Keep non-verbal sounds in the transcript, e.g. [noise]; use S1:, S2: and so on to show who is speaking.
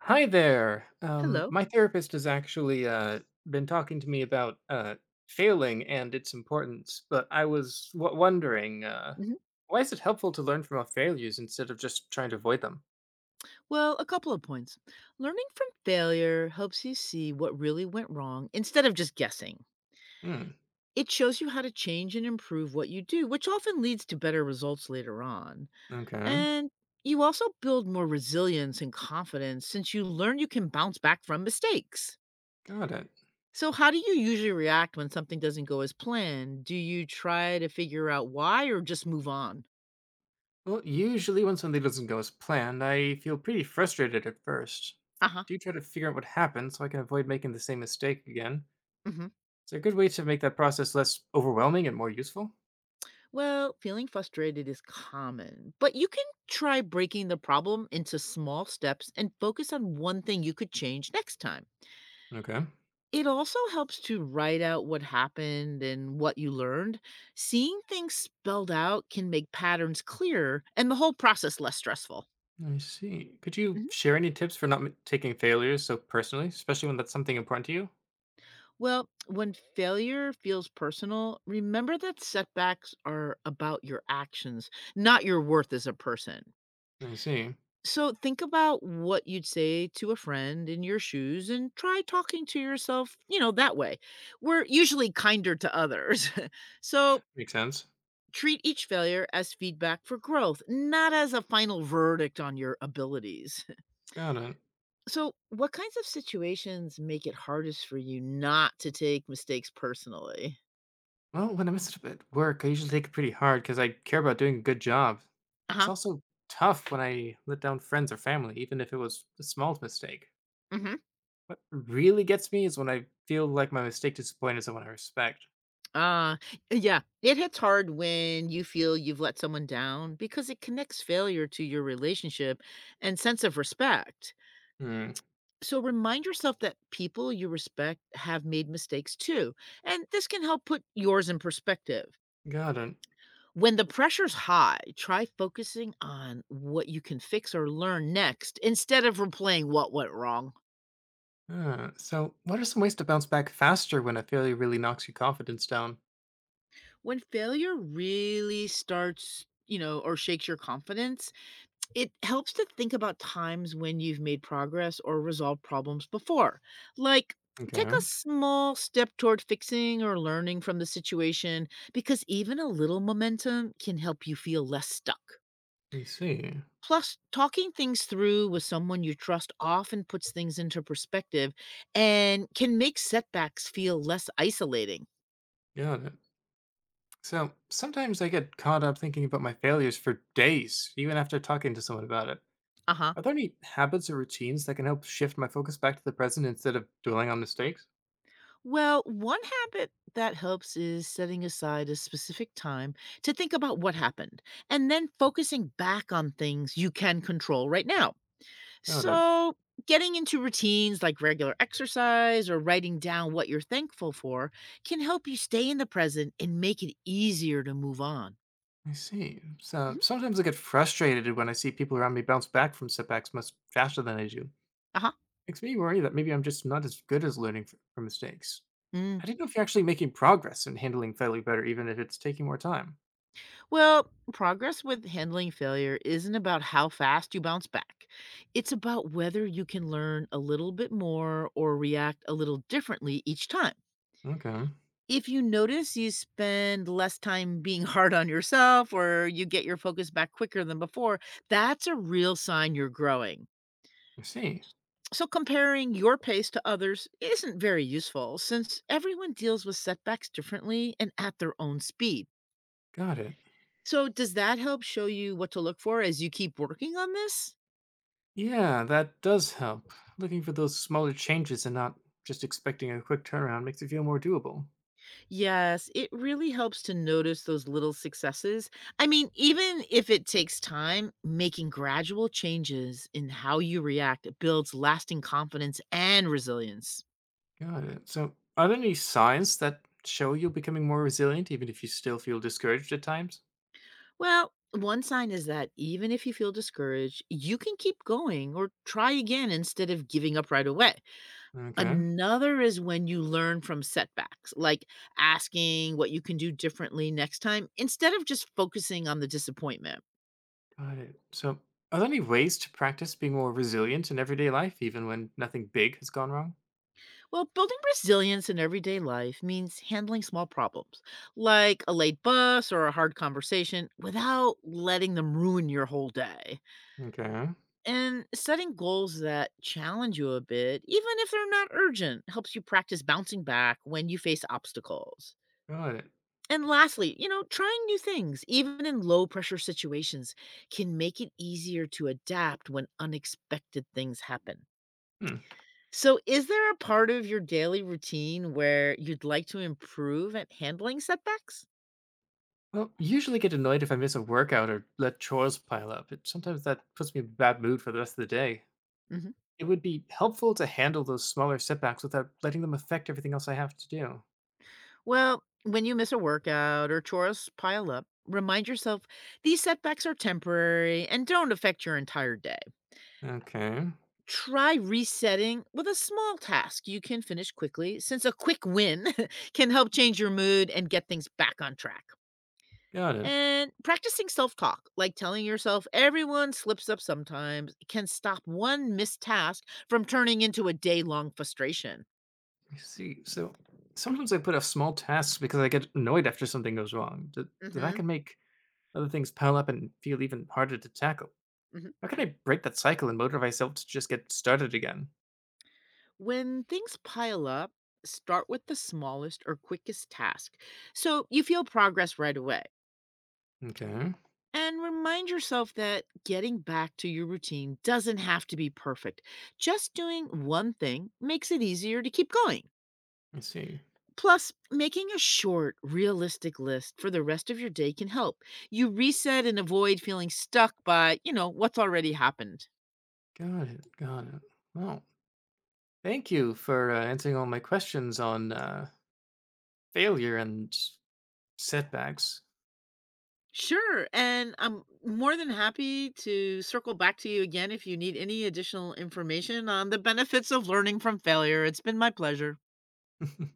S1: Hi there.
S2: Hello.
S1: My therapist has actually been talking to me about failing and its importance, but I was wondering
S2: Mhm.
S1: why is it helpful to learn from our failures instead of just trying to avoid them?
S2: Well, a couple of points. Learning from failure helps you see what really went wrong instead of just guessing.
S1: Hmm,
S2: It shows you how to change and improve what you do, which often leads to better results later on.
S1: okay,
S2: And you also build more resilience and confidence since you learn you can bounce back from mistakes.
S1: got it.
S2: So, how do you usually react when something doesn't go as planned? Do you try to figure out why or just move on?
S1: Well, usually when something doesn't go as planned, I feel pretty frustrated at first.
S2: Uh huh.
S1: Do try to figure out what happened so I can avoid making the same mistake again. Is there a good way to make that process less overwhelming and more useful?
S2: Well, feeling frustrated is common, but you can try breaking the problem into small steps and focus on one thing you could change next time.
S1: Okay.
S2: It also helps to write out what happened and what you learned. Seeing things spelled out can make patterns clearer and the whole process less stressful.
S1: I see. Could you
S2: Mhm.
S1: share any tips for not taking failures so personally, especially when that's something important to you?
S2: Well, when failure feels personal, remember that setbacks are about your actions, not your worth as a person.
S1: I see.
S2: So think about what you'd say to a friend in your shoes and try talking to yourself, that way. We're usually kinder to others. [laughs] So
S1: Makes sense.
S2: treat each failure as feedback for growth, not as a final verdict on your abilities. [laughs]
S1: Got it.
S2: So, what kinds of situations make it hardest for you not to take mistakes personally?
S1: Well, when I mess it up at work, I usually take it pretty hard because I care about doing a good job.
S2: Uh
S1: It's
S2: huh.
S1: also tough when I let down friends or family, even if it was the smallest mistake.
S2: Hmm.
S1: What really gets me is when I feel like my mistake disappointed someone I respect.
S2: Uh, yeah, it hits hard when you feel you've let someone down because it connects failure to your relationship and sense of respect.
S1: Hmm.
S2: So remind yourself that people you respect have made mistakes too, and this can help put yours in perspective.
S1: Got it.
S2: When the pressure's high, try focusing on what you can fix or learn next instead of replaying what went wrong.
S1: So, what are some ways to bounce back faster when a failure really knocks your confidence down?
S2: When failure really starts, or shakes your confidence, it helps to think about times when you've made progress or resolved problems before. Like, take
S1: Okay.
S2: a small step toward fixing or learning from the situation because even a little momentum can help you feel less stuck.
S1: I see.
S2: Plus, talking things through with someone you trust often puts things into perspective and can make setbacks feel less isolating.
S1: Got it. So sometimes I get caught up thinking about my failures for days, even after talking to someone about it.
S2: Uh huh.
S1: Are there any habits or routines that can help shift my focus back to the present instead of dwelling on mistakes?
S2: Well, one habit that helps is setting aside a specific time to think about what happened and then focusing back on things you can control right now.
S1: Got it.
S2: So, getting into routines like regular exercise or writing down what you're thankful for can help you stay in the present and make it easier to move on.
S1: I see. So
S2: Mhm.
S1: sometimes I get frustrated when I see people around me bounce back from setbacks much faster than I do.
S2: Uh
S1: Makes me worry that maybe I'm just not as good as learning from mistakes.
S2: huh.
S1: I did not know if you're actually making progress in handling failure better, even if it's taking more time?
S2: Well, progress with handling failure isn't about how fast you bounce back. It's about whether you can learn a little bit more or react a little differently each time.
S1: Okay, I
S2: If you notice you spend less time being [laughs] hard on yourself or you get your focus back quicker than before, that's a real sign you're growing.
S1: see.
S2: So, comparing your pace to others isn't very useful since everyone deals with setbacks differently and at their own speed.
S1: Got it.
S2: So does that help show you what to look for as you keep working on this?
S1: Yeah, that does help. Looking for those smaller changes and not just expecting a quick turnaround makes it feel more doable.
S2: Yes, it really helps to notice those little successes. I mean, even if it takes time, making gradual changes in how you react builds lasting confidence and resilience.
S1: Got it. So, are there any signs that show you're becoming more resilient, even if you still feel discouraged at times?
S2: Well, one sign is that even if you feel discouraged, you can keep going or try again instead of giving up right away.
S1: Okay,
S2: Another is when you learn from setbacks, like asking what you can do differently next time instead of just focusing on the disappointment.
S1: got it. So, are there any ways to practice being more resilient in everyday life, even when nothing big has gone wrong?
S2: Well, building resilience in everyday life means handling small problems like a late bus or a hard conversation without letting them ruin your whole day.
S1: Okay,
S2: And setting goals that challenge you a bit, even if they're not urgent, helps you practice bouncing back when you face obstacles.
S1: got it.
S2: And lastly, trying new things, even in low pressure situations, can make it easier to adapt when unexpected things happen.
S1: Hmm.
S2: So, is there a part of your daily routine where you'd like to improve at handling setbacks?
S1: Well, usually get annoyed if I miss a workout or let chores pile up. It, sometimes that puts me in a bad mood for the rest of the day.
S2: Mhm.
S1: It would be helpful to handle those smaller setbacks without letting them affect everything else I have to do.
S2: Well, when you miss a workout or chores pile up, remind yourself these setbacks are temporary and don't affect your entire day.
S1: Okay,
S2: Try resetting with a small task you can finish quickly, since a quick win [laughs] can help change your mood and get things back on track.
S1: got it.
S2: And practicing self talk, like telling yourself everyone slips up sometimes, can stop one missed task from turning into a day long frustration.
S1: I see. So sometimes I put off small tasks because I get annoyed after something goes wrong. That
S2: Hmm.
S1: can make other things pile up and feel even harder to tackle.
S2: Hmm.
S1: How can I break that cycle and motivate myself to just get started again?
S2: When things pile up, start with the smallest or quickest task so you feel progress right away.
S1: Okay,
S2: And remind yourself that getting back to your routine doesn't have to be perfect. Just doing one thing makes it easier to keep going.
S1: I see.
S2: Plus, making a short, realistic list for the rest of your day can help. You reset and avoid feeling stuck by, what's already happened.
S1: Got it. Got it. Well, thank you for answering all my questions on failure and setbacks.
S2: Sure. And I'm more than happy to circle back to you again if you need any additional information on the benefits of learning from failure. It's been my pleasure.
S1: [laughs]